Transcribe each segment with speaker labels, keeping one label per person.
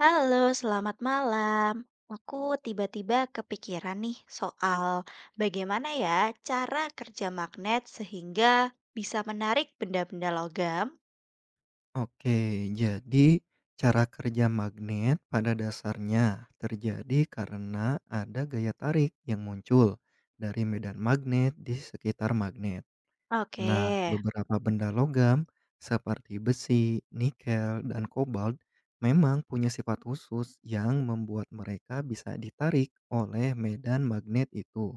Speaker 1: Halo, selamat malam. Aku tiba-tiba kepikiran nih soal bagaimana ya cara kerja magnet sehingga bisa menarik benda-benda logam.
Speaker 2: Oke, jadi cara kerja magnet pada dasarnya terjadi karena ada gaya tarik yang muncul dari medan magnet di sekitar magnet.
Speaker 1: Oke,
Speaker 2: Nah, beberapa benda logam seperti besi, nikel, dan kobalt memang punya sifat khusus yang membuat mereka bisa ditarik oleh medan magnet itu.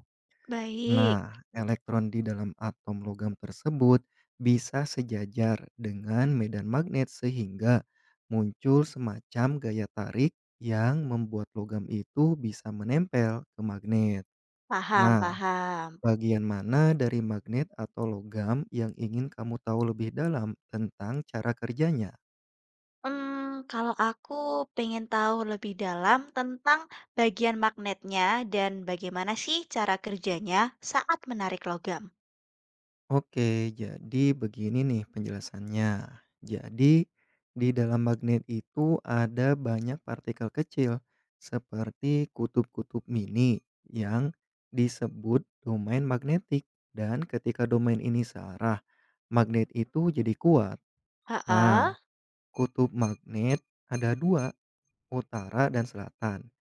Speaker 1: baik.
Speaker 2: Nah, elektron di dalam atom logam tersebut bisa sejajar dengan medan magnet sehingga muncul semacam gaya tarik yang membuat logam itu bisa menempel ke magnet.
Speaker 1: Paham,
Speaker 2: Nah,
Speaker 1: paham.
Speaker 2: bagian mana dari magnet atau logam yang ingin kamu tahu lebih dalam tentang cara kerjanya?
Speaker 1: Hmm, Kalau aku pengen tahu lebih dalam tentang bagian magnetnya dan bagaimana sih cara kerjanya saat menarik logam.
Speaker 2: Oke, jadi begini nih penjelasannya. Jadi, di dalam magnet itu ada banyak partikel kecil seperti kutub-kutub mini yang disebut domain magnetik. Dan ketika domain ini searah, magnet itu jadi kuat. Nah,
Speaker 1: Heeh,
Speaker 2: kutub magnet ada dua, utara dan selatan.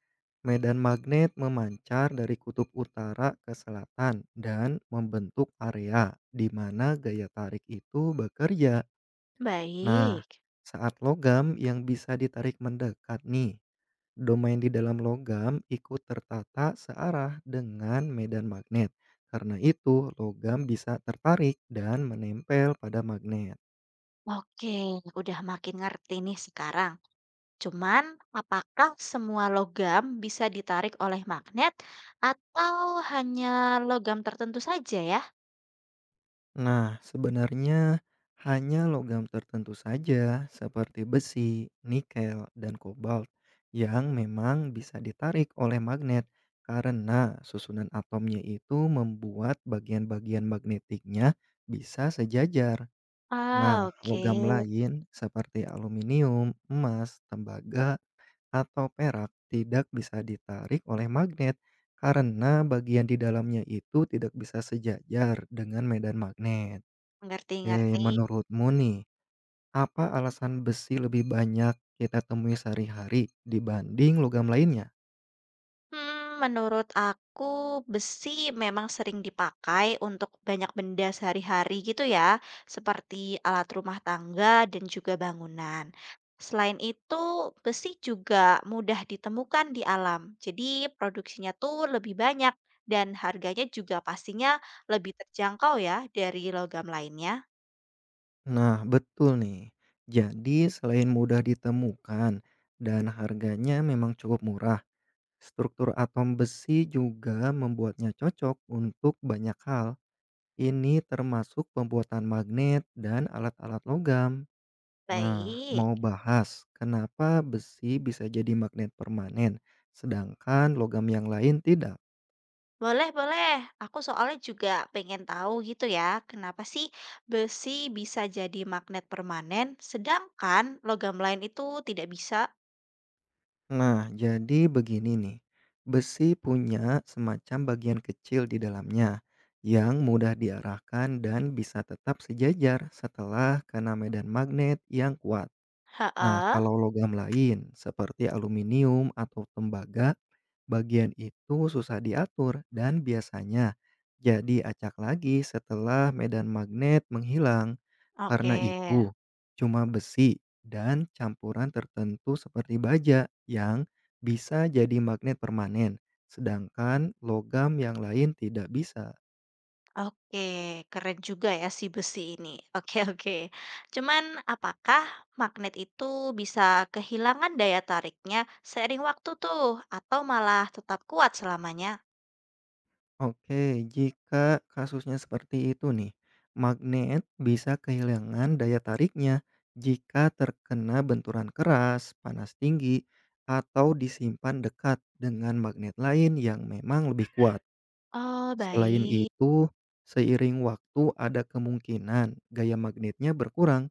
Speaker 2: Medan magnet memancar dari kutub utara ke selatan dan membentuk area di mana gaya tarik itu bekerja. Nah,
Speaker 1: baik.
Speaker 2: saat logam yang bisa ditarik mendekat nih, domain di dalam logam ikut tertata searah dengan medan magnet. Karena itu, logam bisa tertarik dan menempel pada magnet.
Speaker 1: Oke, udah makin ngerti nih sekarang. Cuman, apakah semua logam bisa ditarik oleh magnet atau hanya logam tertentu saja ya?
Speaker 2: Nah, sebenarnya hanya logam tertentu saja seperti besi, nikel, dan kobalt yang memang bisa ditarik oleh magnet karena susunan atomnya itu membuat bagian-bagian magnetiknya bisa sejajar. Nah,
Speaker 1: Ah, oke,
Speaker 2: logam lain seperti aluminium, emas, tembaga, atau perak tidak bisa ditarik oleh magnet karena bagian di dalamnya itu tidak bisa sejajar dengan medan magnet. Oke,
Speaker 1: ngerti-ngerti.
Speaker 2: menurutmu nih, apa alasan besi lebih banyak kita temui sehari-hari dibanding logam lainnya?
Speaker 1: Menurut aku besi memang sering dipakai untuk banyak benda sehari-hari gitu ya, seperti alat rumah tangga dan juga bangunan. Selain itu, besi juga mudah ditemukan di alam. Jadi produksinya tuh lebih banyak dan harganya juga pastinya lebih terjangkau ya dari logam lainnya.
Speaker 2: Nah, betul nih. Jadi, selain mudah ditemukan dan harganya memang cukup murah, struktur atom besi juga membuatnya cocok untuk banyak hal. Ini termasuk pembuatan magnet dan alat-alat logam. Nah,
Speaker 1: Baik.
Speaker 2: mau bahas kenapa besi bisa jadi magnet permanen, sedangkan logam yang lain tidak?
Speaker 1: Boleh, boleh. Aku soalnya juga pengen tahu gitu ya, kenapa sih besi bisa jadi magnet permanen, sedangkan logam lain itu tidak bisa?
Speaker 2: Nah, jadi begini nih. Besi punya semacam bagian kecil di dalamnya yang mudah diarahkan dan bisa tetap sejajar setelah kena medan magnet yang kuat. Nah,
Speaker 1: Heeh.
Speaker 2: kalau logam lain seperti aluminium atau tembaga, bagian itu susah diatur dan biasanya jadi acak lagi setelah medan magnet menghilang. Karena
Speaker 1: Oke,
Speaker 2: itu, cuma besi dan campuran tertentu seperti baja yang bisa jadi magnet permanen, sedangkan logam yang lain tidak bisa.
Speaker 1: oke, keren juga ya si besi ini. Oke, oke. Cuman apakah magnet itu bisa kehilangan daya tariknya seiring waktu tuh, atau malah tetap kuat selamanya?
Speaker 2: Oke, jika kasusnya seperti itu nih, magnet bisa kehilangan daya tariknya jika terkena benturan keras, panas tinggi, atau disimpan dekat dengan magnet lain yang memang lebih kuat.
Speaker 1: Oh,
Speaker 2: Selain
Speaker 1: baik.
Speaker 2: itu, seiring waktu ada kemungkinan gaya magnetnya berkurang.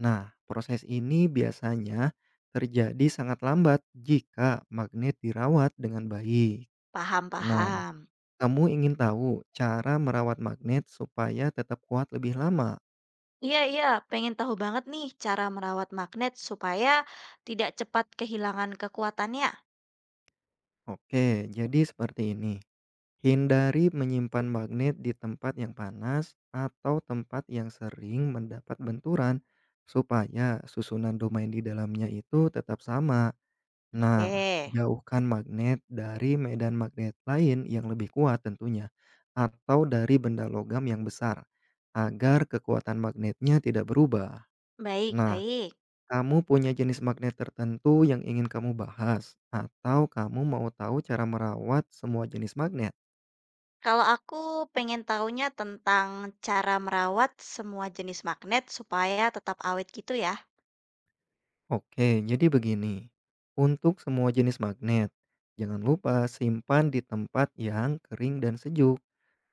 Speaker 2: Nah, proses ini biasanya terjadi sangat lambat jika magnet dirawat dengan baik.
Speaker 1: Paham,
Speaker 2: Nah,
Speaker 1: paham.
Speaker 2: kamu ingin tahu cara merawat magnet supaya tetap kuat lebih lama?
Speaker 1: Iya iya, pengen tahu banget nih cara merawat magnet supaya tidak cepat kehilangan kekuatannya.
Speaker 2: Oke, jadi seperti ini. Hindari menyimpan magnet di tempat yang panas atau tempat yang sering mendapat benturan supaya susunan domain di dalamnya itu tetap sama. Nah,
Speaker 1: Eh,
Speaker 2: jauhkan magnet dari medan magnet lain yang lebih kuat tentunya atau dari benda logam yang besar agar kekuatan magnetnya tidak berubah.
Speaker 1: baik,
Speaker 2: Nah,
Speaker 1: baik.
Speaker 2: kamu punya jenis magnet tertentu yang ingin kamu bahas, atau kamu mau tahu cara merawat semua jenis magnet?
Speaker 1: Kalau aku pengen tahunya tentang cara merawat semua jenis magnet supaya tetap awet gitu ya.
Speaker 2: Oke, jadi begini. Untuk semua jenis magnet, jangan lupa simpan di tempat yang kering dan sejuk.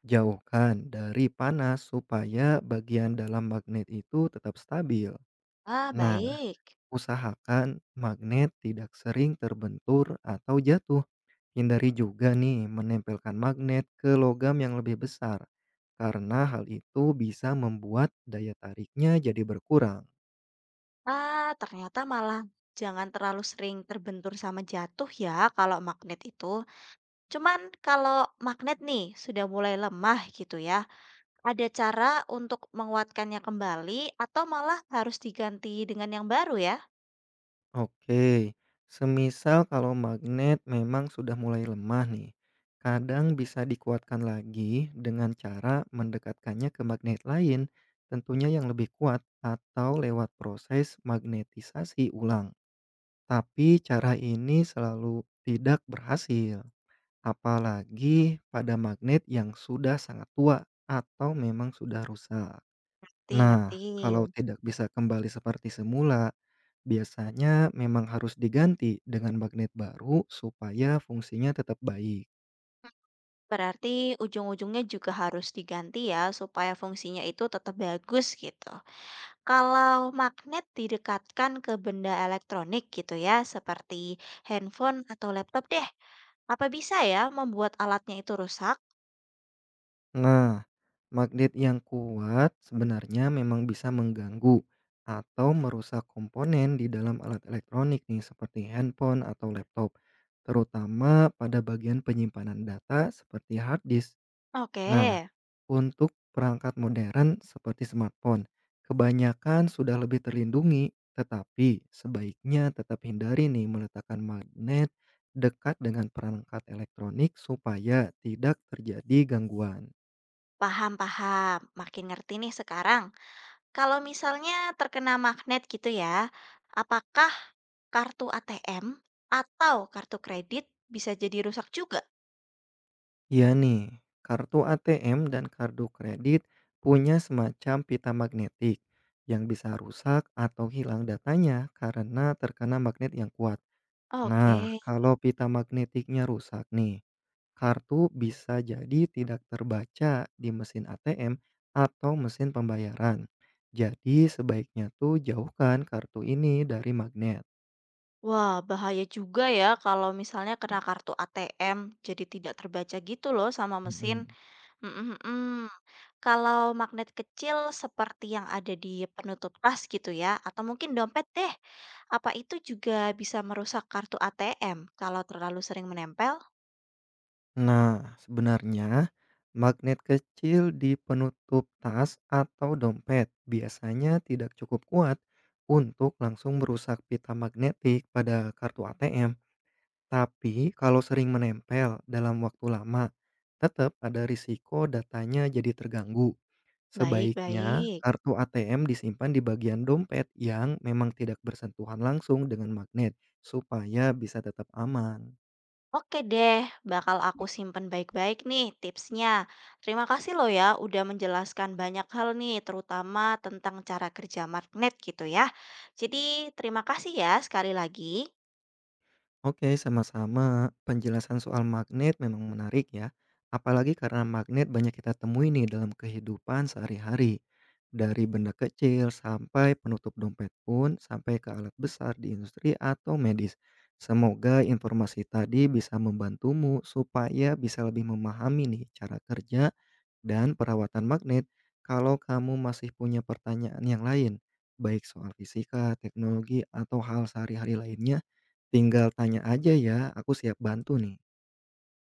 Speaker 2: Jauhkan dari panas supaya bagian dalam magnet itu tetap stabil.
Speaker 1: Ah,
Speaker 2: Nah,
Speaker 1: baik.
Speaker 2: usahakan magnet tidak sering terbentur atau jatuh. Hindari juga nih menempelkan magnet ke logam yang lebih besar, karena hal itu bisa membuat daya tariknya jadi berkurang.
Speaker 1: Ah, ternyata malah jangan terlalu sering terbentur sama jatuh ya kalau magnet itu. Cuman kalau magnet nih sudah mulai lemah gitu ya. Ada cara untuk menguatkannya kembali atau malah harus diganti dengan yang baru ya?
Speaker 2: Oke, semisal kalau magnet memang sudah mulai lemah nih, kadang bisa dikuatkan lagi dengan cara mendekatkannya ke magnet lain, tentunya yang lebih kuat atau lewat proses magnetisasi ulang. Tapi cara ini selalu tidak berhasil. Apalagi pada magnet yang sudah sangat tua atau memang sudah rusak.
Speaker 1: Ngerti,
Speaker 2: Nah,
Speaker 1: ngerti.
Speaker 2: kalau tidak bisa kembali seperti semula, biasanya memang harus diganti dengan magnet baru supaya fungsinya tetap baik.
Speaker 1: Berarti ujung-ujungnya juga harus diganti ya supaya fungsinya itu tetap bagus gitu. Kalau magnet didekatkan ke benda elektronik gitu ya, seperti handphone atau laptop deh. Apa bisa ya membuat alatnya itu rusak?
Speaker 2: Nah, magnet yang kuat sebenarnya memang bisa mengganggu atau merusak komponen di dalam alat elektronik nih seperti handphone atau laptop, terutama pada bagian penyimpanan data seperti hard disk. Nah,
Speaker 1: Oke,
Speaker 2: untuk perangkat modern seperti smartphone, kebanyakan sudah lebih terlindungi, tetapi sebaiknya tetap hindari nih meletakkan magnet dekat dengan perangkat elektronik supaya tidak terjadi gangguan.
Speaker 1: paham-paham. Makin ngerti nih sekarang. Kalau misalnya terkena magnet gitu ya, apakah kartu ATM atau kartu kredit bisa jadi rusak juga.
Speaker 2: Iya nih, kartu ATM dan kartu kredit punya semacam pita magnetik yang bisa rusak atau hilang datanya karena terkena magnet yang kuat. Nah,
Speaker 1: Oke.
Speaker 2: kalau pita magnetiknya rusak nih, kartu bisa jadi tidak terbaca di mesin ATM atau mesin pembayaran. Jadi sebaiknya tuh jauhkan kartu ini dari magnet.
Speaker 1: Wah, bahaya juga ya kalau misalnya kena kartu ATM jadi tidak terbaca gitu loh sama mesin.
Speaker 2: Mhm.
Speaker 1: Mm, mm, mm. Kalau magnet kecil seperti yang ada di penutup tas gitu ya, atau mungkin dompet deh, apa itu juga bisa merusak kartu ATM kalau terlalu sering menempel?
Speaker 2: Nah, sebenarnya magnet kecil di penutup tas atau dompet biasanya tidak cukup kuat untuk langsung merusak pita magnetik pada kartu ATM. Tapi kalau sering menempel dalam waktu lama, tetap ada risiko datanya jadi terganggu. Sebaiknya
Speaker 1: Baik-baik.
Speaker 2: kartu ATM disimpan di bagian dompet yang memang tidak bersentuhan langsung dengan magnet, supaya bisa tetap aman.
Speaker 1: Oke deh, bakal aku simpen baik-baik nih tipsnya. Terima kasih loh ya udah menjelaskan banyak hal nih, terutama tentang cara kerja magnet gitu ya. Jadi terima kasih ya sekali lagi.
Speaker 2: Oke, sama-sama. Penjelasan soal magnet memang menarik ya. Apalagi karena magnet banyak kita temui nih dalam kehidupan sehari-hari. Dari benda kecil sampai penutup dompet pun, sampai ke alat besar di industri atau medis. Semoga informasi tadi bisa membantumu supaya bisa lebih memahami nih cara kerja dan perawatan magnet kalau kamu masih punya pertanyaan yang lain, baik soal fisika, teknologi, atau hal sehari-hari lainnya, tinggal tanya aja ya, aku siap bantu nih.